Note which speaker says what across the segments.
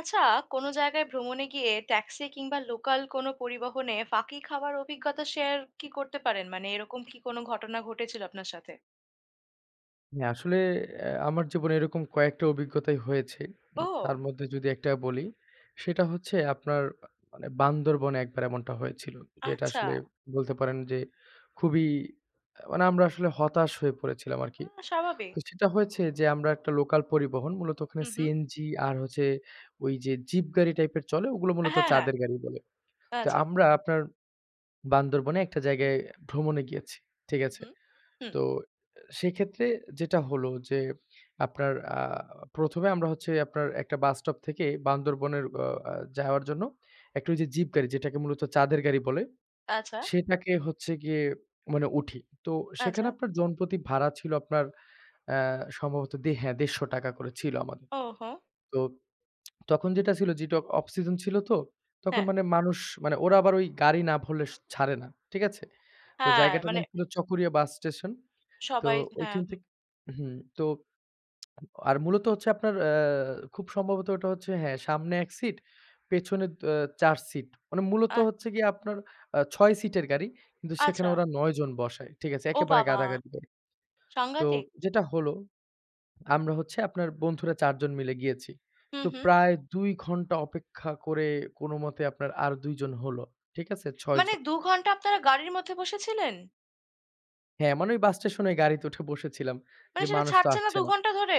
Speaker 1: আচ্ছা, কোনো জায়গায় ভ্রমণে গিয়ে ট্যাক্সি কিংবা লোকাল কোনো পরিবহনে ফাঁকি খাওয়ার অভিজ্ঞতা শেয়ার কি করতে পারেন, মানে এরকম কি কোনো ঘটনা ঘটেছিল আপনার সাথে?
Speaker 2: হ্যাঁ, আসলে আমার জীবনে এরকম কয়েকটা অভিজ্ঞতাই হয়েছে। তার
Speaker 1: ও
Speaker 2: মধ্যে যদি একটা বলি, সেটা হচ্ছে আপনার মানে বান্দরবনে একবার এমনটা হয়েছিল। যেটা
Speaker 1: আচ্ছা।
Speaker 2: আসলে বলতে পারেন যে খুবই মানে আমরা আসলে হতাশ হয়ে পড়েছিলাম আরকি।
Speaker 1: আহ,
Speaker 2: তো
Speaker 1: স্বাভাবিক।
Speaker 2: সেটা হয়েছে যে আমরা একটা লোকাল পরিবহন মূলত ওখানে
Speaker 1: হুম হুম।
Speaker 2: সিএনজি আর হচ্ছে ওই যে জিপ গাড়ি টাইপের চলে ওগুলো মূলত
Speaker 1: হ্যাঁ হ্যাঁ।
Speaker 2: চাঁদের গাড়ি বলে। তো
Speaker 1: আচ্ছা।
Speaker 2: আমরা আপনার বান্দরবনে একটা জায়গায় ভ্রমণে গিয়েছি। ঠিক
Speaker 1: হুম
Speaker 2: আছে?
Speaker 1: হুম হুম।
Speaker 2: তো সেক্ষেত্রে যেটা হলো যে আপনার ১ম এ আমরা হচ্ছে আপনার একটা বাস স্টপ থেকে বান্দরবনের অ আ যাওয়ার জন্য একটা ওই যে জিপ গাড়ি যেটাকে মূলত চাঁদের গাড়ি বলে,
Speaker 1: আচ্ছা।
Speaker 2: সেটাকে হচ্ছে গিয়ে মানে উঠি। তো সেখানে
Speaker 1: আচ্ছা।
Speaker 2: আপনার জনপ্রতি ভাড়া ছিল আপনার অ্যা সম্ভবত হ্যাঁ, ৳১৫০ করে ছিল আমাদের।
Speaker 1: ও হো।
Speaker 2: তো তখন যেটা ছিল যেটা অফ সিজন ছিল তো, তখন
Speaker 1: হ্যাঁ
Speaker 2: মানে মানুষ মানে ওরা আবার ওই গাড়ি না ভরলে ছাড়ে না। ঠিক আছে? তো
Speaker 1: হ্যাঁ।
Speaker 2: জায়গাটার
Speaker 1: মানে
Speaker 2: নাম ছিল চকরিয়া বাস স্টেশন। তো
Speaker 1: সবাই হ্যাঁ
Speaker 2: ঐখান
Speaker 1: হুম,
Speaker 2: থেকে তো আর মূলত হচ্ছে আপনার খুব সম্ভবত ওটা হচ্ছে হ্যাঁ, সামনে ১ সিট, পেছনে আ ৪ সিট। মানে মূলত
Speaker 1: আ-
Speaker 2: হচ্ছে গিয়ে আপনার ৬ সিটের গাড়ি। কিন্তু সেখানে
Speaker 1: আচ্ছা।
Speaker 2: ওরা ৯ জন বসায়। ঠিক আছে?
Speaker 1: ও
Speaker 2: একেবারে
Speaker 1: বাবা।
Speaker 2: গাদাগাদি করে। তো
Speaker 1: সাংঘাতিক।
Speaker 2: যেটা হলো আমরা হচ্ছে আপনার বন্ধুরা ৪ জন মিলে গিয়েছি।
Speaker 1: হুম
Speaker 2: তো
Speaker 1: হুম।
Speaker 2: প্রায় ২ ঘন্টা অপেক্ষা করে কোনমতে আপনার আর ২ জন হলো। ঠিক আছে? ৬
Speaker 1: মানে
Speaker 2: জন।
Speaker 1: দু ঘন্টা আপনারা গাড়ির মধ্যে বসেছিলেন?
Speaker 2: হ্যাঁ, মানে ওই বাস স্টেশনে গাড়িতে উঠে বসেছিলাম যে
Speaker 1: মানে সেটা
Speaker 2: মানুষ তো
Speaker 1: ছাড়ছে না
Speaker 2: আসছে
Speaker 1: দু
Speaker 2: না।
Speaker 1: ঘন্টা ধরে?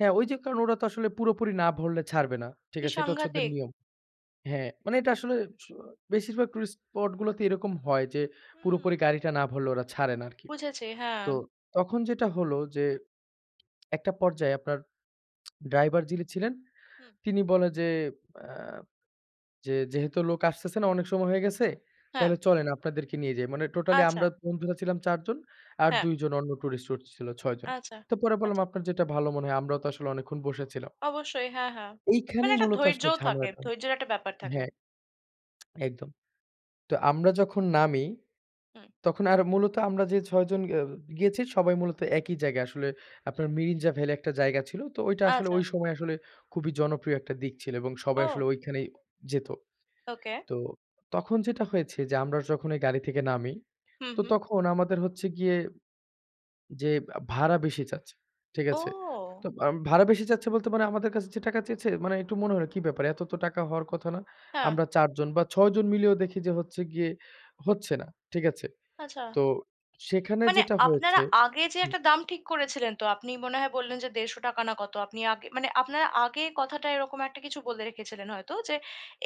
Speaker 2: হ্যাঁ, ওই যে কারণ ওরা তো আসলে পুরোপুরি না ভরলে ছাড়বে না। ঠিক
Speaker 1: কি
Speaker 2: আছে? এটা হচ্ছে ওদের
Speaker 1: সাংঘাতিক।
Speaker 2: নিয়ম। হ্যাঁ, মানে এটা আসলে স বেশিরভাগ টুরিস্ট স্পট গুলোতে এরকম হয় যে
Speaker 1: হুম।
Speaker 2: পুরোপুরি গাড়িটা না ভরলে ওরা ছাড়ে না আরকি।
Speaker 1: বুঝেছি। হ্যাঁ।
Speaker 2: তো তখন যেটা হলো যে একটা পর্যায়ে আপনার ড্রাইভার যিনি ছিলেন
Speaker 1: হুম,
Speaker 2: তিনি বলে যে, আ যে "যেহেতু লোক আসতেছে না অনেক সময় হয়ে গেছে,
Speaker 1: হ্যাঁ।
Speaker 2: তাহলে চলেন আপনাদেরকে নিয়ে যাই।" মানে টোটালি
Speaker 1: আচ্ছা,
Speaker 2: আমরা বন্ধুরা ছিলাম ৪ জন আর
Speaker 1: হ্যাঁ,
Speaker 2: ২ জন অন্য টুরিস্ট ছিল ৬ জন।
Speaker 1: আচ্ছা,
Speaker 2: তো পরে বললাম,
Speaker 1: আচ্ছা।
Speaker 2: "আপনার যেটা ভালো মনে হয়।" আমরাও তো আসলে অনেকক্ষণ বসেছিলাম।
Speaker 1: অবশ্যই। হ্যাঁ, হ্যাঁ। মানে
Speaker 2: এইখানেই
Speaker 1: একটা
Speaker 2: মূলত আসলে
Speaker 1: ধৈর্যও থাকে।
Speaker 2: ঝামেলাটা
Speaker 1: ধৈর্যের একটা ব্যাপার থাকে।
Speaker 2: হ্যাঁ, একদম। তো আমরা যখন নামি,
Speaker 1: হুম,
Speaker 2: তখন আর মূলত আমরা যে ৬ জন গিয়েছি সবাই মূলত একই জায়গায়। আসলে আপনার মিরিঞ্জা ভ্যালি একটা জায়গা ছিল। তো ওইটা আসলে
Speaker 1: আচ্ছা।
Speaker 2: ওই সময় আসলে খুবই জনপ্রিয় একটা দিক ছিল এবং সবাই আসলে
Speaker 1: ও
Speaker 2: ওইখানেই যেত।
Speaker 1: ওকে।
Speaker 2: তো তখন যেটা হয়েছে যে আমরা যখন ওই গাড়ি থেকে নামি,
Speaker 1: হুম,
Speaker 2: তো
Speaker 1: হুম।
Speaker 2: তখন আমাদের হচ্ছে গিয়ে যে ভাড়া বেশি চাচ্ছে। ঠিক আছে? তো
Speaker 1: ও!
Speaker 2: ভাড়া বেশি চাচ্ছে বলতে মানে আমাদের কাছে যে টাকা চেয়েছে মানে একটু মনে হলো কি ব্যাপার? এত তো টাকা হওয়ার কথা না।
Speaker 1: হ্যাঁ,
Speaker 2: আমরা ৪ জন বা ৬ জন মিলেও দেখি যে হচ্ছে গিয়ে হচ্ছে না। ঠিক আছে?
Speaker 1: আচ্ছা।
Speaker 2: তো সেখানে
Speaker 1: মানে
Speaker 2: যেটা
Speaker 1: আপনারা
Speaker 2: হয়েছে
Speaker 1: আগে যে
Speaker 2: হুম,
Speaker 1: একটা দাম ঠিক করেছিলেন তো, আপনি মনে হয় বললেন যে ৳১৫০ না কত? আপনি আগে মানে আপনারা আগে কথাটা এরকম একটা কিছু বলে রেখেছিলেন হয়তো যে,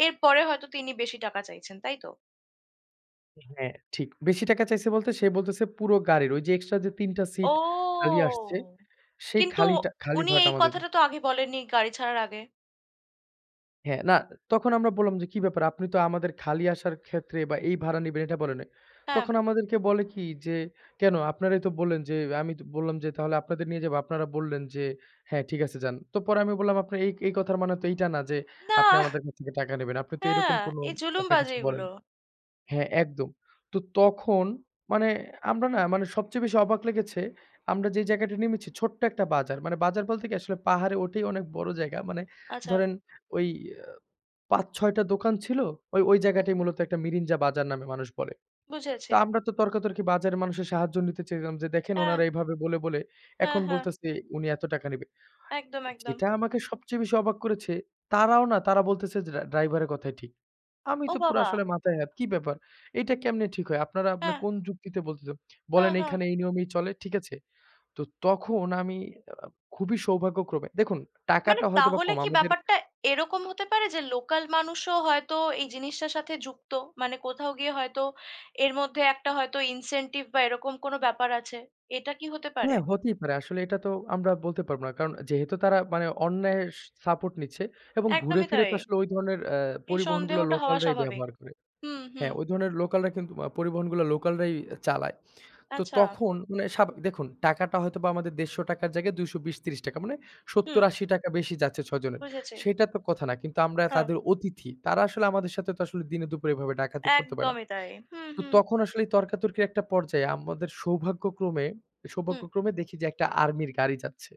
Speaker 1: এরপরে হয়তো তিনি বেশি টাকা চাইছেন, তাই তো?
Speaker 2: হ্যাঁ, ঠিক। বেশি টাকা চাইছে বলতে সে বলতেছে পুরো গাড়ির ওই যে এক্সট্রা যে ৩ টা সিট খালি
Speaker 1: ও!
Speaker 2: আসছে সেই
Speaker 1: কিন্তু
Speaker 2: খালিটা খালি
Speaker 1: উনি
Speaker 2: ভাড়াটা
Speaker 1: এই
Speaker 2: আমাদের
Speaker 1: কথাটা তো আগে বলেননি গাড়ি ছাড়ার আগে।
Speaker 2: হ্যাঁ, না তখন আমরা বললাম যে, "কি ব্যাপার? আপনি তো আমাদের খালি আসার ক্ষেত্রে বা এই ভাড়া নিবেন এটা বলেন নাই।"
Speaker 1: হ্যাঁ,
Speaker 2: তখন আমাদেরকে বলে কি যে, "কেন? আপনারাই তো বললেন যে" আমি তো বললাম যে, "তাহলে আপনাদের নিয়ে যাবো। আপনারা বললেন যে, 'হ্যাঁ, ঠিক আছে যান।' তো পরে আমি বললাম, "আপনার এই এই কথার মানে তো এইটা না যে
Speaker 1: না,
Speaker 2: আপনি আমাদের কাছ থেকে টাকা নেবেন। আপনি তো এরকম
Speaker 1: হ্যাঁ,
Speaker 2: কোনো
Speaker 1: এই
Speaker 2: আপনার
Speaker 1: জুলুমবাজি
Speaker 2: কিছু বলেন"
Speaker 1: এগুলো।
Speaker 2: হ্যাঁ, একদম। তো তখন মানে আমরা না মানে সবচেয়ে বেশি অবাক লেগেছে আমরা যে জায়গাটায় নেমেছি ছোট্ট একটা বাজার। মানে বাজার বলতে কি আসলে পাহাড়ে ওঠেই অনেক বড় জায়গা। মানে
Speaker 1: আচ্ছা,
Speaker 2: ধরেন ওই ৫-৬ টা দোকান ছিল। ওই
Speaker 1: হুম,
Speaker 2: জায়গাটাই
Speaker 1: হুম,
Speaker 2: মূলত একটা মিরিঞ্জা বাজার নামে মানুষ বলে। তো
Speaker 1: বুঝেছি।
Speaker 2: আমরা তো তর্কাতর্কি বাজারের মানুষের সাহায্য নিতে চেয়েছিলাম যে, "দেখেন
Speaker 1: হ্যাঁ,
Speaker 2: উনারা এভাবে বলে
Speaker 1: হ্যাঁ,
Speaker 2: এখন
Speaker 1: হ্যাঁ,
Speaker 2: বলতেছে উনি এত টাকা নিবে।"
Speaker 1: একদম, একদম।
Speaker 2: যেটা আমাকে সবচেয়ে বেশি অবাক করেছে, তারাও না তারা বলতেছে যে, ড্রাইভারের কথাই ঠিক।" আমি
Speaker 1: ও
Speaker 2: তো পুরো
Speaker 1: বাবা!
Speaker 2: আসলে মাথায় হাত, "কি ব্যাপার? এইটা কেমনে ঠিক হয়? আপনারা আপনার
Speaker 1: হ্যাঁ,
Speaker 2: কোন যুক্তিতে বলতেছেন?
Speaker 1: হ্যাঁ,
Speaker 2: বলেন
Speaker 1: হ্যাঁ।
Speaker 2: এইখানে এই নিয়মেই চলে, ঠিক আছে?" তো তখন আমি খুবই সৌভাগ্যক্রমে দেখুন
Speaker 1: মানে
Speaker 2: টাকাটা হয়তোবা
Speaker 1: তাহলে
Speaker 2: কম
Speaker 1: কি
Speaker 2: আমাদের
Speaker 1: ব্যাপারটা এরকম হতে পারে যে লোকাল মানুষও হয়তো এই জিনিসটার সাথে যুক্ত? মানে কোথাও গিয়ে হয়তো এর মধ্যে একটা হয়তো ইনসেনটিভ বা এরকম কোনো ব্যাপার আছে। এটা কি হতে পারে?
Speaker 2: হ্যাঁ, হতেই পারে। আসলে এটা তো আমরা বলতে পারব না। কারণ যেহেতু
Speaker 1: হুম,
Speaker 2: তারা মানে অন্যায়ের সাপোর্ট নিচ্ছে এবং ঘুরে
Speaker 1: একদমই
Speaker 2: ফিরে
Speaker 1: তাই।
Speaker 2: তো আসলে ওই ধরনের
Speaker 1: এই
Speaker 2: পরিবহনগুলো
Speaker 1: সন্দেহটা হওয়া
Speaker 2: লোকালরাই
Speaker 1: স্বাভাবিক।
Speaker 2: ব্যবহার করে।
Speaker 1: হুম, হুম,
Speaker 2: হ্যাঁ, ওই ধরনের লোকালরা কিন্তু পরিবহনগুলো লোকালরাই চালায়। তো
Speaker 1: আচ্ছা,
Speaker 2: তখন মানে দেখুন টাকাটা হয়তোবা আমাদের ৳১৫০ জায়গায় ৳২২০-৳৩০ মানে
Speaker 1: হুম,
Speaker 2: ৳৭০-৮০ বেশি যাচ্ছে ৬ জনের।
Speaker 1: বুঝেছি।
Speaker 2: সেটা তো কথা না। কিন্তু আমরা
Speaker 1: হ্যাঁ,
Speaker 2: তাদের অতিথি। তারা আসলে আমাদের সাথে তো আসলে দিনে দুপুরে এভাবে ডাকাতি করতে পারে না।
Speaker 1: একদমই তাই। হুম,
Speaker 2: তো
Speaker 1: হুম,
Speaker 2: তখন আসলে এই তর্কাতর্কির একটা পর্যায়ে আমাদের সৌভাগ্যক্রমে,
Speaker 1: হুম।
Speaker 2: সৌভাগ্যক্রমে দেখি যে একটা আর্মির গাড়ি যাচ্ছে।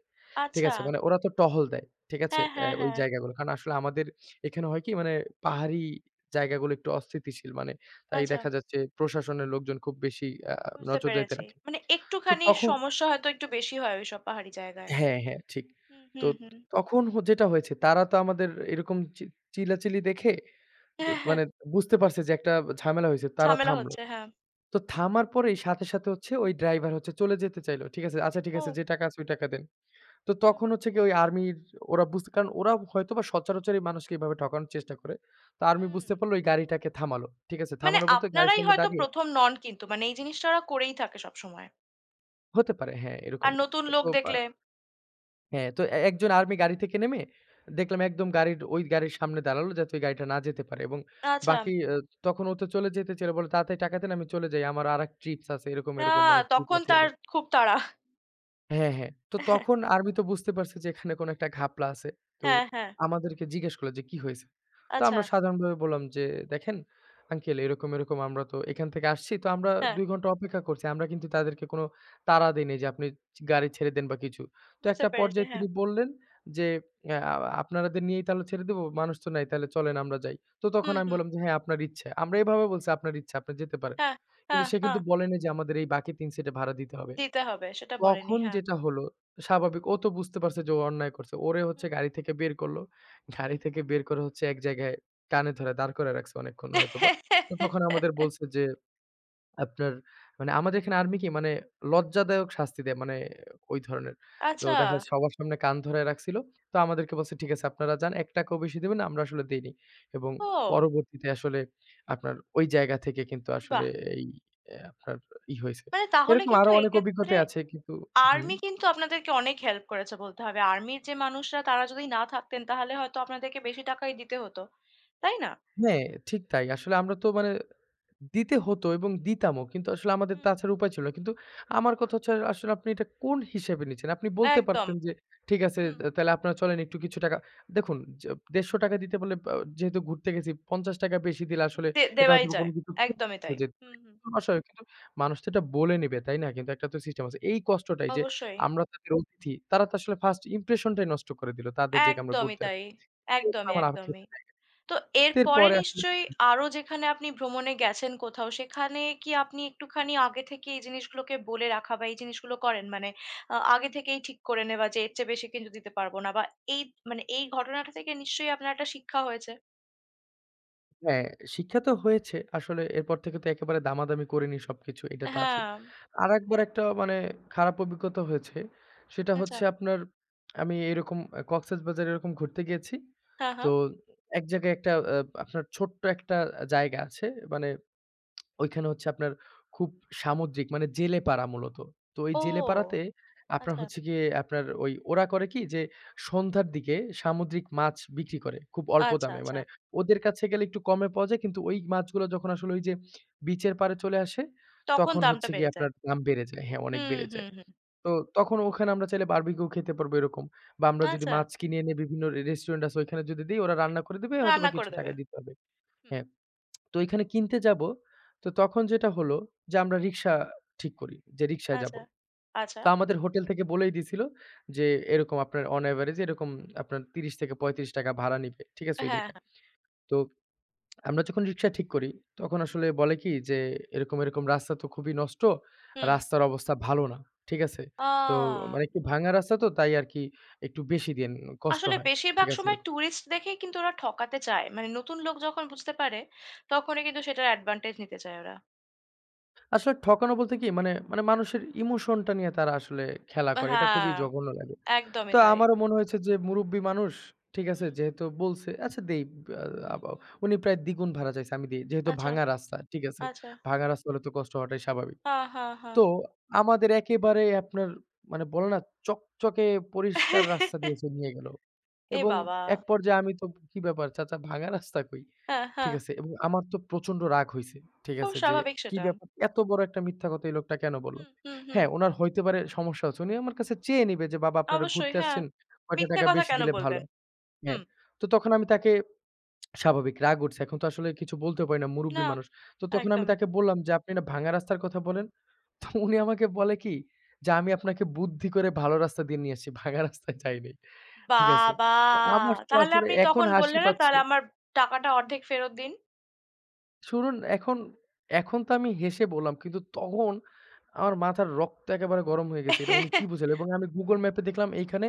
Speaker 2: ঠিক
Speaker 1: আচ্ছা।
Speaker 2: আছে? মানে ওরা তো টহল দেয়। ঠিক আছে?
Speaker 1: হ্যাঁ, হ্যাঁ,
Speaker 2: ওই
Speaker 1: হ্যাঁ।
Speaker 2: জায়গাগুলো। কারণ আসলে আমাদের এখানে হয় কি মানে পাহাড়ি জায়গাগুলো একটু অস্থিতিশীল মানে। তাই
Speaker 1: আচ্ছা,
Speaker 2: দেখা যাচ্ছে প্রশাসনের লোকজন খুব বেশি আ
Speaker 1: বুঝতে
Speaker 2: নজরদারিতে
Speaker 1: পেরেছি।
Speaker 2: রাখে।
Speaker 1: মানে
Speaker 2: তো
Speaker 1: একটুখানি
Speaker 2: তখন
Speaker 1: সমস্যা হয়তো একটু বেশি হয় ওইসব পাহাড়ি জায়গায়।
Speaker 2: হ্যাঁ, হ্যাঁ ঠিক।
Speaker 1: হুম,
Speaker 2: তো
Speaker 1: হুম, হুম।
Speaker 2: তখন যেটা হয়েছে তারা তো আমাদের এরকম চিল্লাচিল্লি দেখে তো
Speaker 1: হ্যাঁ, হ্যাঁ,
Speaker 2: মানে বুঝতে পারছে যে একটা ঝামেলা হইছে। তারা
Speaker 1: ঝামেলা
Speaker 2: থামল।
Speaker 1: হচ্ছে, হ্যাঁ।
Speaker 2: তো থামার পরেই সাথে, সাথে হচ্ছে ওই ড্রাইভার হচ্ছে চলে যেতে চাইলো। ঠিক আছে? "আচ্ছা ঠিক আছে
Speaker 1: ও!
Speaker 2: যে টাকা আছে ওই টাকা দেন।" তো
Speaker 1: হুম,
Speaker 2: তখন হচ্ছে গিয়ে ওই আর্মির ওরা বুঝতে কারণ ওরা হয়তোবা সচরাচর এই মানুষকে এভাবে ঠকানোর চেষ্টা করে। তো আর্মি
Speaker 1: হুম।
Speaker 2: বুঝতে পারলো ওই গাড়িটাকে থামালো। ঠিক আছে?
Speaker 1: মানে
Speaker 2: থামানো বলতে গাড়ির
Speaker 1: আপনারাই
Speaker 2: সামনে
Speaker 1: হয়তো
Speaker 2: দাঁড়িয়ে
Speaker 1: ১ম নন কিন্তু। মানে এই জিনিসটা ওরা করেই থাকে সবসময়।
Speaker 2: হতে পারে হ্যাঁ, এরকম।
Speaker 1: আর নতুন লোক
Speaker 2: তো বা
Speaker 1: দেখলে
Speaker 2: হ্যাঁ, তো এ একজন আর্মি গাড়ি থেকে নেমে দেখলাম একদম গাড়ির ওই গাড়ির সামনে দাঁড়ালো যাতে ওই গাড়িটা না যেতে পারে এবং
Speaker 1: আচ্ছা,
Speaker 2: বাকি তখন ও তো চলে যেতে চাইলো বললো, "তাড়াতাড়ি টাকা দেন আমি চলে যাই। আমার আরেক ট্রিপস আছে।" এরকম,
Speaker 1: আ
Speaker 2: এরকম মানে ট্রিপ
Speaker 1: তখন
Speaker 2: আছে
Speaker 1: তার
Speaker 2: এরকম।
Speaker 1: খুব তাড়া।
Speaker 2: হ্যাঁ, হ্যাঁ। তো তখন আর্মি তো বুঝতে পারছে যে এখানে কোনো একটা ঘাপলা আছে। তো
Speaker 1: হ্যাঁ, হ্যাঁ।
Speaker 2: আমাদেরকে জিজ্ঞেস করলো যে, "কি হয়েছে?" তো
Speaker 1: আচ্ছা,
Speaker 2: আমরা সাধারণভাবে বললাম যে, "দেখেন আঙ্কেল এরকম, এরকম আমরা তো এখান থেকে আসছি। তো আমরা
Speaker 1: হ্যাঁ,
Speaker 2: ২ ঘন্টা অপেক্ষা করছি। আমরা কিন্তু তাদেরকে কোনো তাড়া দেইনি যে আপনি গাড়ি ছেড়ে দেন বা কিছু।" তো
Speaker 1: বুঝতে
Speaker 2: একটা
Speaker 1: পেরেছি।
Speaker 2: পর্যায়ে
Speaker 1: হ্যাঁ।
Speaker 2: তিনি বললেন যে, "অ্যা আ আপনাদের নিয়েই তাহলে ছেড়ে দেব? মানুষ তো নাই। তাহলে চলেন আমরা যাই।" তো তখন
Speaker 1: হুম,
Speaker 2: আমি
Speaker 1: হুম।
Speaker 2: বললাম যে, "হ্যাঁ, আপনার ইচ্ছা।" আমরা এভাবে বলছি, "আপনার ইচ্ছা, আপনি যেতে পারেন।"
Speaker 1: হ্যাঁ,
Speaker 2: কিন্তু
Speaker 1: হ্যাঁ,
Speaker 2: সে কিন্তু
Speaker 1: হ্যাঁ।
Speaker 2: বলে নাই যে আমাদের এই বাকি ৩ সিটে ভাড়া দিতে হবে।
Speaker 1: দিতে হবে সেটা বলেনি।
Speaker 2: তখন
Speaker 1: হ্যাঁ।
Speaker 2: যেটা হলো, স্বাভাবিক ও তো বুঝতে পারছে যে ও অন্যায় করছে। ওরে হচ্ছে
Speaker 1: হুম,
Speaker 2: গাড়ি থেকে বের করল। গাড়ি
Speaker 1: হুম।
Speaker 2: থেকে বের করে হচ্ছে এক জায়গায় টানে ধরে দাঁড় করায় রাখছে অনেকক্ষণ হয়তোবা। তো তখন আমাদের বলছে যে আপনার মানে আমাদের এখানে আর্মি কি মানে লজ্জাদায়ক শাস্তি দেয় মানে ওই ধরনের। তো
Speaker 1: আচ্ছা।
Speaker 2: দেখা যাচ্ছে আচ্ছা। সবার সামনে কান ধরায় রাখছিল। তো আমাদেরকে বলছে, "ঠিক আছে আপনারা যান। ৳১ টাকাও বেশি দিবেন না।" আমরা আসলে দেইনি। এবং
Speaker 1: ও!
Speaker 2: পরবর্তীতে আসলে আপনার ওই জায়গা থেকে কিন্তু আসলে
Speaker 1: বাহ!
Speaker 2: এই আপনার হইছে।
Speaker 1: মানে তাহলে
Speaker 2: এরকম
Speaker 1: কিন্তু
Speaker 2: আরো অনেক
Speaker 1: এক্ষেত্রে
Speaker 2: অভিজ্ঞতাই আছে কিন্তু হুম।
Speaker 1: আর্মি কিন্তু আপনাদেরকে অনেক হেল্প করেছে বলতে হবে। আর্মির যে মানুষরা তারা যদি না থাকতেন তাহলে হয়তো আপনাদেরকে বেশি টাকাই দিতে হতো। তাই না?
Speaker 2: হ্যাঁ, ঠিক তাই। আসলে আমরা তো মানে দিতে হতো এবং দিতামও। কিন্তু আসলে আমাদের
Speaker 1: হুম।
Speaker 2: তাছাড়া উপায় ছিল না। কিন্তু আমার কথা হচ্ছে আসলে আপনি এটা কোন হিসেবে নিচ্ছেন? আপনি বলতে
Speaker 1: একদম।
Speaker 2: পারতেন যে, "ঠিক আছে
Speaker 1: হুম।
Speaker 2: তাহলে আপনারা চলেন একটু কিছু টাকা" দেখুন য ৳১৫০ দিতে বললে বা যেহেতু ঘুরতে গেছি ৳৫০ বেশি দিলে আসলে
Speaker 1: দে
Speaker 2: এটা
Speaker 1: দেওয়াই
Speaker 2: হয়তো
Speaker 1: যায়।
Speaker 2: কোনো কিছু খেয়ে
Speaker 1: একদমই
Speaker 2: হয়ে
Speaker 1: তাই।
Speaker 2: যেতে পারে।
Speaker 1: হুম, হুম।
Speaker 2: এটা তো অস্বাভাবিক কিন্তু মানুষ তো এটা বলে নিবে, তাই না? কিন্তু একটা তো সিস্টেম আছে। এই কষ্টটাই যে
Speaker 1: অবশ্যই।
Speaker 2: আমরা তাদের অতিথি, তারা তো আসলে ফার্স্ট ইমপ্রেশনটাই নষ্ট করে দিল। তাদের যে আমরা
Speaker 1: একদমই
Speaker 2: ঘুরতে
Speaker 1: তাই।
Speaker 2: আসছি। এটা
Speaker 1: একদমই,
Speaker 2: আমার আক্ষেপে
Speaker 1: একদমই।
Speaker 2: জায়গা।
Speaker 1: তো এরপরে
Speaker 2: এরপরে আসলে
Speaker 1: নিশ্চয়ই আরো যেখানে আপনি ভ্রমণে গেছেন কোথাও, সেখানে কি আপনি একটুখানি আগে থেকে এই জিনিসগুলোকে বলে রাখা বা এই জিনিসগুলো করেন? মানে আগে থেকেই ঠিক করে নেওয়া যে এর চেয়ে বেশি কিন্তু দিতে পারব না বা এই মানে এই ঘটনাটা থেকে নিশ্চয়ই আপনার একটা শিক্ষা হয়েছে?
Speaker 2: হ্যাঁ, শিক্ষা তো হয়েছে। আসলে এরপর থেকে তো একেবারে দামাদামি করিনি সবকিছু, এটা তো আছেই।
Speaker 1: হ্যাঁ,
Speaker 2: আরেকবার একটা মানে খারাপ অভিজ্ঞতা হয়েছে। সেটা
Speaker 1: আচ্ছা।
Speaker 2: হচ্ছে আপনার আমি এরকম কক্সেসবাজারে এরকম ঘুরতে গিয়েছি।
Speaker 1: হ্যাঁ,
Speaker 2: তো
Speaker 1: হ্যাঁ।
Speaker 2: এক জায়গায় একটা আপনার ছোট্ট একটা জায়গা আছে। মানে ওইখানে হচ্ছে আপনার খুব সামুদ্রিক মানে জেলে পাড়া মূলত। তো ওই জেলে
Speaker 1: ও!
Speaker 2: পাড়াতে আপনার
Speaker 1: আচ্ছা,
Speaker 2: হচ্ছে গিয়ে আপনার ওই ওরা করে কি যে সন্ধ্যার দিকে সামুদ্রিক মাছ বিক্রি করে খুব অল্প
Speaker 1: আচ্ছা,
Speaker 2: দামে।
Speaker 1: আচ্ছা।
Speaker 2: মানে ওদের কাছে গেলে একটু কমে পাওয়া যায় কিন্তু ওই মাছগুলো যখন আসলে ওই যে বিচের পাড়ে চলে আসে
Speaker 1: তখন
Speaker 2: তখন
Speaker 1: দামটা
Speaker 2: হচ্ছে গিয়ে
Speaker 1: বেড়ে যায়।
Speaker 2: আপনার দাম বেড়ে যায়। হ্যাঁ, অনেক
Speaker 1: হুম,
Speaker 2: বেড়ে যায়।
Speaker 1: হুম, হুম।
Speaker 2: তো তখন ওখানে আমরা চাইলে বারবিকিউ খেতে পারবো এরকম। বা আমরা যদি
Speaker 1: আচ্ছা,
Speaker 2: মাছ কিনে এনে বিভিন্ন রেস্টুরেন্ট আছে ওইখানে যদি দেই ওরা রান্না করে দিবে হয়তোবা
Speaker 1: রান্না
Speaker 2: কিছু
Speaker 1: করে
Speaker 2: টাকা
Speaker 1: দেবে।
Speaker 2: দিতে হবে।
Speaker 1: হুম,
Speaker 2: হ্যাঁ। তো ঐখানে কিনতে যাবো। তো তখন যেটা হলো যে আমরা রিক্সা ঠিক করি যে রিক্সায় যাবো।
Speaker 1: আচ্ছা, আচ্ছা।
Speaker 2: তো আমাদের হোটেল থেকে বলেই দিছিল যে এরকম আপনার অন এভারেজ এরকম আপনার ৳৩০ থেকে ৳৩৫ ভাড়া নিবে। ঠিক আছে? ওই
Speaker 1: হ্যাঁ,
Speaker 2: জায়গায়।
Speaker 1: হ্যাঁ।
Speaker 2: তো আমরা যখন রিক্সা ঠিক করি তখন আসলে বলে কি যে এরকম, এরকম রাস্তা তো খুবই নষ্ট।
Speaker 1: হুম।
Speaker 2: রাস্তার অবস্থা ভালো না। ঠিক আছে?
Speaker 1: আ
Speaker 2: তো মানে একটু ভাঙা রাস্তা তো তাই আরকি একটু বেশি দিয়েন কষ্ট
Speaker 1: আসলে
Speaker 2: হয়। ঠিক
Speaker 1: বেশিরভাগ
Speaker 2: আছে?
Speaker 1: সময়
Speaker 2: এরকম।
Speaker 1: টুরিস্ট দেখেই কিন্তু ওরা ঠকাতে চায়। মানে নতুন লোক যখন বুঝতে পারে, তখনই কিন্তু সেটার অ্যাডভান্টেজ নিতে চায় ওরা।
Speaker 2: আসলে ঠকানো বলতে কি মানে, মানে মানুষের ইমোশনটা নিয়ে তারা আসলে খেলা করে। এটা খুবই
Speaker 1: হ্যাঁ,
Speaker 2: জঘন্য লাগে। তো
Speaker 1: একদমই তাই।
Speaker 2: আমারও মনে হয়েছে যে মুরুব্বি মানুষ, ঠিক আছে?
Speaker 1: হুম,
Speaker 2: যেহেতু বলছে, আচ্ছা দেই। আ
Speaker 1: হুম,
Speaker 2: আবা
Speaker 1: হুম।
Speaker 2: উনি প্রায় দ্বিগুণ ভাড়া চাইছে, আমি দেই। যেহেতু
Speaker 1: আচ্ছা,
Speaker 2: ভাঙা রাস্তা, ঠিক আছে?
Speaker 1: আচ্ছা।
Speaker 2: ভাঙা রাস্তা হলে তো কষ্ট হওয়াটাই স্বাভাবিক।
Speaker 1: হ্যাঁ, হ্যাঁ,
Speaker 2: তো
Speaker 1: হ্যাঁ।
Speaker 2: আমাদের একেবারে আপনার মানে বলে না চকচকে পরিষ্কার রাস্তা দিয়েছে নিয়ে গেল।
Speaker 1: এ
Speaker 2: এবং
Speaker 1: বাবা!
Speaker 2: এক পর্যায়ে আমি তো "কি ব্যাপার চাচা ভাঙা রাস্তা কই?"
Speaker 1: হ্যাঁ,
Speaker 2: ঠিক
Speaker 1: হ্যাঁ।
Speaker 2: আছে? এবং আমার তো প্রচন্ড রাগ হইছে। ঠিক
Speaker 1: খুব
Speaker 2: আছে? যে
Speaker 1: স্বাভাবিক
Speaker 2: "কি
Speaker 1: সেটা।
Speaker 2: ব্যাপার এত বড় একটা মিথ্যা কথা এই লোকটা কেন বলল?"
Speaker 1: হুম, হুম, হুম।
Speaker 2: হ্যাঁ, উনার হইতে পারে সমস্যা হচ্ছে। উনি আমার কাছে চেয়ে নিবে যে "বাবা আপনারা
Speaker 1: অবশ্যই,
Speaker 2: ঘুরতে
Speaker 1: হ্যাঁ।
Speaker 2: আসছেন, কয়টা
Speaker 1: মিথ্যে
Speaker 2: টাকা
Speaker 1: কথা
Speaker 2: বেশি
Speaker 1: কেন
Speaker 2: দিলে ভালো
Speaker 1: বলবেন?
Speaker 2: হয়।" হ্যাঁ।
Speaker 1: হুম।
Speaker 2: তো তখন আমি তাকে স্বাভাবিক রাগ উঠছে। এখন তো আসলে কিছু বলতেও পারি না মুরুব্বি
Speaker 1: না,
Speaker 2: মানুষ। তো তখন আমি
Speaker 1: একদমই।
Speaker 2: তাকে বললাম যে "আপনি না ভাঙা রাস্তার কথা বলেন?" তো উনি আমাকে বলে কি যে "আমি আপনাকে বুদ্ধি করে ভালো রাস্তা দিয়ে নিয়ে আসছি, ভাঙা রাস্তায় যাই নাই।" ঠিক আছে।
Speaker 1: বাবা!
Speaker 2: আমার তো
Speaker 1: তাহলে
Speaker 2: আসলে
Speaker 1: আপনি
Speaker 2: এখন
Speaker 1: তখন
Speaker 2: হাসি
Speaker 1: বললেন না,
Speaker 2: পাচ্ছে।
Speaker 1: "তাহলে আমার টাকাটা অর্ধেক ফেরত দিন।"
Speaker 2: শুনুন এখন, এখন তো আমি হেসে বললাম। কিন্তু তখন আমার মাথার রক্ত একেবারে গরম হয়ে গেছে। এটা উনি কি বুঝালো? এবং আমি Google ম্যাপে দেখলাম এইখানে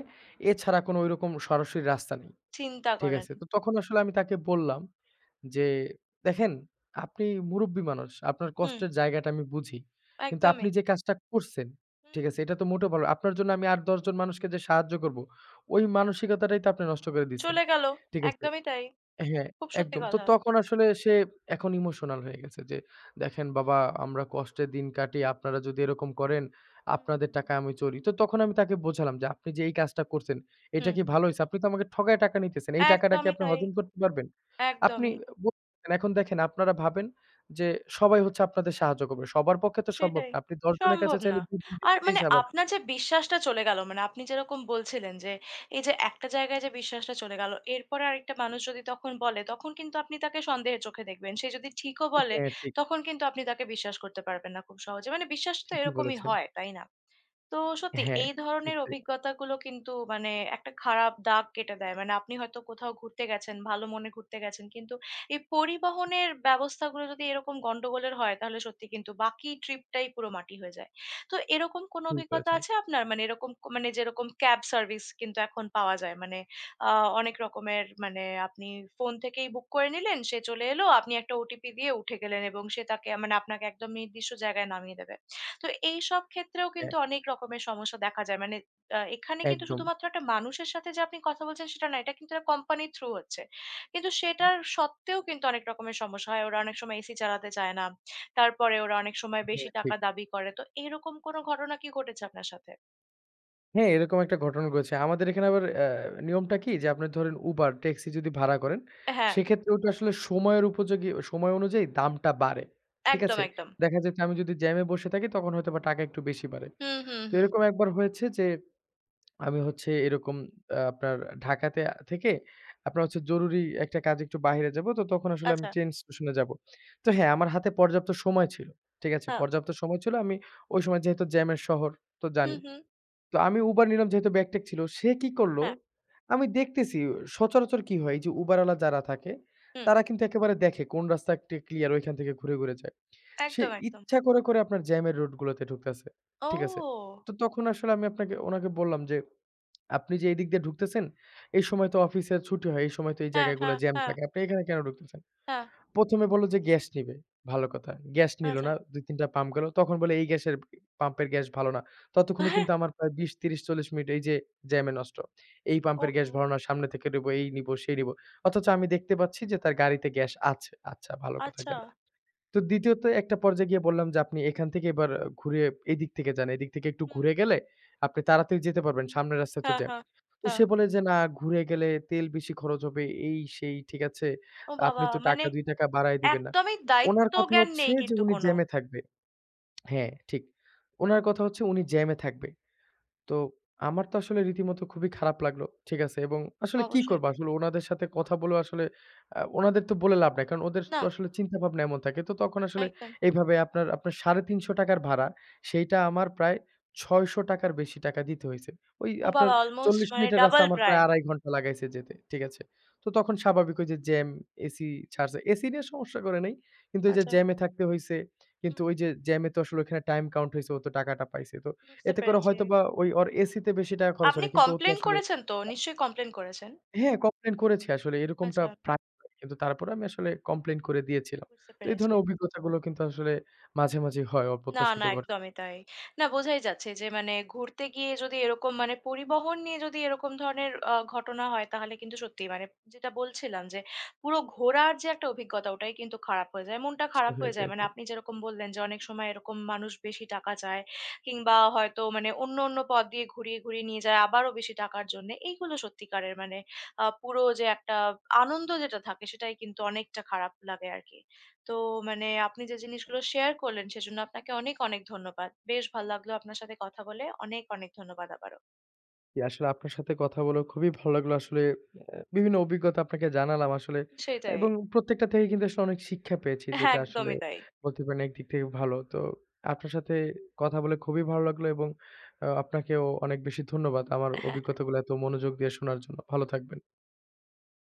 Speaker 2: এছাড়া কোনো ঐরকম সরাসরি রাস্তা নেই।
Speaker 1: চিন্তা
Speaker 2: ঠিক
Speaker 1: করেন।
Speaker 2: আছে? তো তখন আসলে আমি তাকে বললাম যে, "দেখেন আপনি মুরুব্বি মানুষ। আপনার
Speaker 1: হুম।
Speaker 2: কষ্টের জায়গাটা আমি বুঝি। কিন্তু আপনি
Speaker 1: একদমই।
Speaker 2: যে কাজটা করছেন, ঠিক
Speaker 1: হুম,
Speaker 2: আছে? এটা তো মোটেও ভালো আপনার জন্য আমি আর ১০ জন মানুষকে যে সাহায্য করব, ওই মানসিকতাটাই তো আপনি নষ্ট করে দিছেন।"
Speaker 1: চলে গেল।
Speaker 2: ঠিক আছে?
Speaker 1: একদমই তাই।
Speaker 2: হ্যাঁ,
Speaker 1: খুব সত্যি
Speaker 2: একদম। তো
Speaker 1: কথা।
Speaker 2: তখন আসলে সে এখন ইমোশনাল হয়ে গেছে যে, "দেখেন বাবা
Speaker 1: হুম,
Speaker 2: আমরা কষ্টে দিন কাটি, আপনারা যদি এরকম করেন, আপনাদের
Speaker 1: হুম।
Speaker 2: টাকায় আমি চলি।" তো তখন আমি তাকে বোঝালাম যে, "আপনি যে এই কাজটা করছেন, এটা
Speaker 1: হুম,
Speaker 2: কি ভালো হইছে? আপনি তো আমাকে ঠকায় টাকা নিতেছেন। এই টাকাটা কি
Speaker 1: একদমই
Speaker 2: আপনি
Speaker 1: তাই,
Speaker 2: হজম করতে পারবেন? আপনি
Speaker 1: একদমই।
Speaker 2: বলতেছেন এখন দেখেন আপনারা ভাবেন যে, সবাই হচ্ছে আপনাদের সাহায্য করবে। সবার পক্ষে তো সম্ভব
Speaker 1: সেটাই।
Speaker 2: না। আপনি ১০ জনের কাছে
Speaker 1: সম্ভব
Speaker 2: চাইলে
Speaker 1: না।
Speaker 2: ২ জন দিবে
Speaker 1: আর
Speaker 2: এটাই
Speaker 1: মানে
Speaker 2: স্বাভাবিক।"
Speaker 1: আপনার যে বিশ্বাসটা চলে গেল, মানে আপনি যেরকম বলছিলেন যে, এই যে একটা জায়গায় যে বিশ্বাসটা চলে গেল, এরপরে আরেকটা মানুষ যদি তখন বলে, তখন কিন্তু আপনি তাকে সন্দেহের চোখে দেখবেন। সে যদি ঠিকও বলে,
Speaker 2: হ্যাঁ, ঠিক,
Speaker 1: তখন কিন্তু আপনি তাকে বিশ্বাস করতে পারবেন না খুব সহজে। মানে বিশ্বাস তো
Speaker 2: ঠিকই
Speaker 1: এরকমই
Speaker 2: বলেছেন।
Speaker 1: হয়, তাই না? তো সত্যি
Speaker 2: হ্যাঁ,
Speaker 1: এই
Speaker 2: ঠিক
Speaker 1: ধরনের
Speaker 2: তাই,
Speaker 1: অভিজ্ঞতাগুলো কিন্তু মানে একটা খারাপ দাগ কেটে দেয়। মানে আপনি হয়তো কোথাও ঘুরতে গেছেন, ভালো মনে ঘুরতে গেছেন। কিন্তু এই পরিবহনের ব্যবস্থাগুলো যদি এরকম গন্ডগোলের হয়, তাহলে সত্যি কিন্তু বাকি ট্রিপটাই পুরো মাটি হয়ে যায়। তো এরকম কোনো
Speaker 2: ঠিক
Speaker 1: অভিজ্ঞতা
Speaker 2: বলেছেন।
Speaker 1: আছে আপনার? মানে এরকম ক মানে যেরকম ক্যাব সার্ভিস কিন্তু এখন পাওয়া যায়। মানে আ অনেক রকমের মানে আপনি ফোন থেকেই বুক করে নিলেন, সে চলে এলো, আপনি একটা ওটিপি দিয়ে উঠে গেলেন এবং সে তাকে মানে আপনাকে একদম নির্দিষ্ট জায়গায় নামিয়ে দেবে। তো এইসব ক্ষেত্রেও
Speaker 2: হ্যাঁ,
Speaker 1: কিন্তু অনেক রকমের সমস্যা দেখা যায়। মানে এখানে কিন্তু
Speaker 2: একদম।
Speaker 1: শুধুমাত্র একটা মানুষের সাথে যে আপনি কথা বলছেন সেটা না। এটা কিন্তু একটা কোম্পানির থ্রু হচ্ছে। কিন্তু সেটার সত্ত্বেও কিন্তু অনেক রকমের সমস্যা হয়। ওরা অনেক সময় এসি চালাতে চায় না। তারপরে ওরা অনেক সময় বেশি
Speaker 2: হ্যাঁ,
Speaker 1: টাকা
Speaker 2: ঠিক।
Speaker 1: দাবি করে। তো এরকম কোনো ঘটনা কি ঘটেছে আপনার সাথে?
Speaker 2: হ্যাঁ, এরকম একটা ঘটনা ঘটেছে। আমাদের এখানে আবার নিয়মটা কি যে আপনার ধরেন Uber, ট্যাক্সি যদি ভাড়া করেন,
Speaker 1: হ্যাঁ,
Speaker 2: সেক্ষেত্রে ওটা আসলে সময়ের উপযোগী সময় অনুযায়ী দামটা বাড়ে। ঠিক
Speaker 1: একদম,
Speaker 2: আছে?
Speaker 1: একদম।
Speaker 2: দেখা যাচ্ছে আমি যদি জ্যামে বসে থাকি তখন হয়তোবা টাকা একটু বেশি বাড়ে।
Speaker 1: হুম, হুম,
Speaker 2: তো
Speaker 1: হুম।
Speaker 2: এরকম একবার হয়েছে যে আমি হচ্ছে এরকম আপনার ঢাকাতে থেকে আপনার হচ্ছে জরুরি একটা কাজে একটু বাহিরে যাবো। তো তখন আসলে আমি
Speaker 1: আচ্ছা,
Speaker 2: ট্রেন স্টেশনে যাবো। তো হ্যাঁ, আমার হাতে পর্যাপ্ত সময় ছিল। ঠিক আছে?
Speaker 1: হ্যাঁ।
Speaker 2: পর্যাপ্ত সময় ছিল। আমি ওই সময় যেহেতু জ্যামের শহর তো
Speaker 1: হুম,
Speaker 2: জানি।
Speaker 1: হুম।
Speaker 2: তো আমি Uber নিলাম যেহেতু ব্যাগ-ট্যাগ ছিল। সে কি করলো?
Speaker 1: হ্যাঁ,
Speaker 2: আমি দেখতেছি সচরাচর কি হয়? এই যে Uber ওয়ালা যারা থাকে,
Speaker 1: হুম।
Speaker 2: তারা কিন্তু একেবারে দেখে কোন রাস্তা কে ক্লিয়ার ওইখান থেকে ঘুরে, ঘুরে যায়। সে
Speaker 1: একদম, একদম।
Speaker 2: ইচ্ছা করে আপনার জ্যামের রোড গুলোতে ঢুকতেছে। ঠিক আছে?
Speaker 1: ও!
Speaker 2: তো তখন আসলে আমি উনাকে বললাম যে, "আপনি যে এদিক দিয়ে ঢুকতেছেন, এই সময় তো অফিসের ছুটি হয়। এই সময় তো এই
Speaker 1: হ্যাঁ,
Speaker 2: জায়গাগুলো
Speaker 1: হ্যাঁ,
Speaker 2: জ্যাম
Speaker 1: হ্যাঁ,
Speaker 2: থাকে। আপনি এখানে কেন ঢুকতেছেন?"
Speaker 1: হ্যাঁ।
Speaker 2: ১ম এ বলল যে গ্যাস নিবে। ভালো কথা। গ্যাস নিল
Speaker 1: আচ্ছা।
Speaker 2: না। ২-৩ টা পাম্প গেল। তখন বলে এই গ্যাসের পাম্পের গ্যাস ভালো না। ততক্ষণও কিন্তু আমার প্রায় ২০, ৩০, ৪০ মিনিট এই যে জ্যামে নষ্ট। এই পাম্পের গ্যাস
Speaker 1: ওহো!
Speaker 2: ভরো না, সামনে থেকে নেব, এই নিব, সেই নিব। অথচ আমি দেখতে পাচ্ছি যে তার গাড়িতে গ্যাস আছে। আচ্ছা ভালো কথা
Speaker 1: আচ্ছা।
Speaker 2: গেল। তো দ্বিতীয়ত একটা পর্যায়ে গিয়ে বললাম যে, আপনি এখান থেকে এবার ঘুরে এদিক থেকে যান। এদিক থেকে একটু
Speaker 1: হুম।
Speaker 2: ঘুরে গেলে আপনি তাড়াতাড়ি যেতে পারবেন। সামনের রাস্তায় তো
Speaker 1: হ্যাঁ,
Speaker 2: জ্যাম।
Speaker 1: হ্যাঁ,
Speaker 2: তো
Speaker 1: হ্যাঁ।
Speaker 2: সে বলে যে, "না ঘুরে গেলে তেল বেশি খরচ হবে।" এই সেই, ঠিক আছে?
Speaker 1: ও
Speaker 2: আপনি
Speaker 1: বাবা!
Speaker 2: তো
Speaker 1: মানে
Speaker 2: টাকা ৳২ বাড়ায় দিবেন না।
Speaker 1: একদমই
Speaker 2: উনার কথা
Speaker 1: দায়িত্বজ্ঞান
Speaker 2: হচ্ছে
Speaker 1: নেই
Speaker 2: যে,
Speaker 1: কিন্তু
Speaker 2: উনি
Speaker 1: কোনো।
Speaker 2: জ্যামে থাকবে। হ্যাঁ, ঠিক। উনার কথা হচ্ছে উনি জ্যামে থাকবে। তো
Speaker 1: হুম।
Speaker 2: আমার তো আসলে রীতিমতো খুবই খারাপ লাগলো। ঠিক আছে? এবং আসলে কি
Speaker 1: অবশ্যই।
Speaker 2: করব? আসলে উনাদের সাথে কথা বলেও আসলে উনাদের তো বলে লাভ নাই। কারণ ওদের তো
Speaker 1: না,
Speaker 2: আসলে চিন্তাভাবনা এমন থাকে। তো তখন আসলে
Speaker 1: একদম।
Speaker 2: এইভাবে আপনার ৳৩৫০ ভাড়া, সেইটা আমার প্রায় ৳৬০০ র বেশি টাকা দিতে হইছে। ওই
Speaker 1: ও
Speaker 2: আপনার
Speaker 1: বাবা! অলমোস্ট
Speaker 2: ৪০
Speaker 1: মানে
Speaker 2: মিনিটের রাস্তা
Speaker 1: ডাবল
Speaker 2: আমার
Speaker 1: প্রায়।
Speaker 2: প্রায় ২.৫ ঘন্টা লাগাইছে যেতে। ঠিক আছে? তো
Speaker 1: হুম।
Speaker 2: তখন স্বাভাবিক ওই যে জ্যাম, এসি ছাড়ছে। এসি নিয়ে সমস্যা করে নাই। কিন্তু ওই যে
Speaker 1: আচ্ছা,
Speaker 2: জ্যামে থাকতে হইছে। কিন্তু
Speaker 1: হুম,
Speaker 2: ওই যে জ্যামে তো আসলে ওখানে টাইম কাউন্ট হইছে, ও তো টাকাটা পাইছে। তো
Speaker 1: বুঝতে
Speaker 2: এতে করে
Speaker 1: পেরেছি।
Speaker 2: হয়তোবা ওই ওর এসিতে বেশি টাকা খরচ
Speaker 1: আপনি
Speaker 2: হয়নি। কিন্তু ও তো
Speaker 1: কমপ্লেইন
Speaker 2: আসলে
Speaker 1: করেছেন তো? নিশ্চয়ই কমপ্লেইন করেছেন?
Speaker 2: হ্যাঁ, কমপ্লেইন করেছি আসলে এরকমটা
Speaker 1: আচ্ছা,
Speaker 2: প্রায় হয়। কিন্তু তারপরে আমি আসলে কমপ্লেইন করে দিয়েছিলাম।
Speaker 1: বুঝতে
Speaker 2: তো এই
Speaker 1: পেরেছি।
Speaker 2: ধরনের অভিজ্ঞতাগুলো কিন্তু আসলে মাঝে, মাঝে হয়
Speaker 1: না,
Speaker 2: অপ্রত্যাশিত
Speaker 1: না
Speaker 2: ঘটনা
Speaker 1: একদমই তাই। না বোঝাই যাচ্ছে যে মানে ঘুরতে গিয়ে যদি এরকম মানে পরিবহন নিয়ে যদি এরকম ধরনের ঘটনা হয় তাহলে কিন্তু সত্যিই মানে যেটা বলছিলাম যে পুরো ঘোরার যে একটা অভিজ্ঞতা ওটাই কিন্তু খারাপ হয়ে যায়। মনটা খারাপ
Speaker 2: হয়ে
Speaker 1: হয়ে যায়।
Speaker 2: যায়।
Speaker 1: মানে আপনি যেরকম বললেন যে অনেক সময় এরকম মানুষ বেশি টাকা চায় কিংবা হয়তো মানে অন্য, অন্য পথ দিয়ে ঘুরিয়ে, ঘুরিয়ে নিয়ে যায় আবারও বেশি টাকার জন্যে। এইগুলো সত্যিকারের মানে পুরো যে একটা আনন্দ যেটা থাকে সেটাই কিন্তু অনেকটা খারাপ লাগে আরকি। তো মানে আপনি যে জিনিসগুলো শেয়ার করলেন সেজন্য আপনাকে অনেক অনেক ধন্যবাদ। বেশ ভাল লাগলো আপনার সাথে কথা বলে। অনেক অনেক ধন্যবাদ আবারও।
Speaker 2: জি, আসলে আপনার সাথে কথা বলে খুবই ভালো লাগলো। আসলে বিভিন্ন অভিজ্ঞতা আপনাকে জানালাম আসলে
Speaker 1: সেটাই।
Speaker 2: এবং
Speaker 1: হ্যাঁ,
Speaker 2: প্রত্যেকটা থেকে কিন্তু আসলে অনেক শিক্ষা পেয়েছি যেটা আসলে
Speaker 1: একদমই তাই।
Speaker 2: বলতে পারেন একদিক থেকে ভালো। তো আপনার সাথে কথা বলে খুবই ভালো লাগলো এবং আপনাকেও অনেক বেশি ধন্যবাদ আমার অভিজ্ঞতাগুলো এত মনোযোগ দিয়ে শোনার জন্য। ভালো থাকবেন।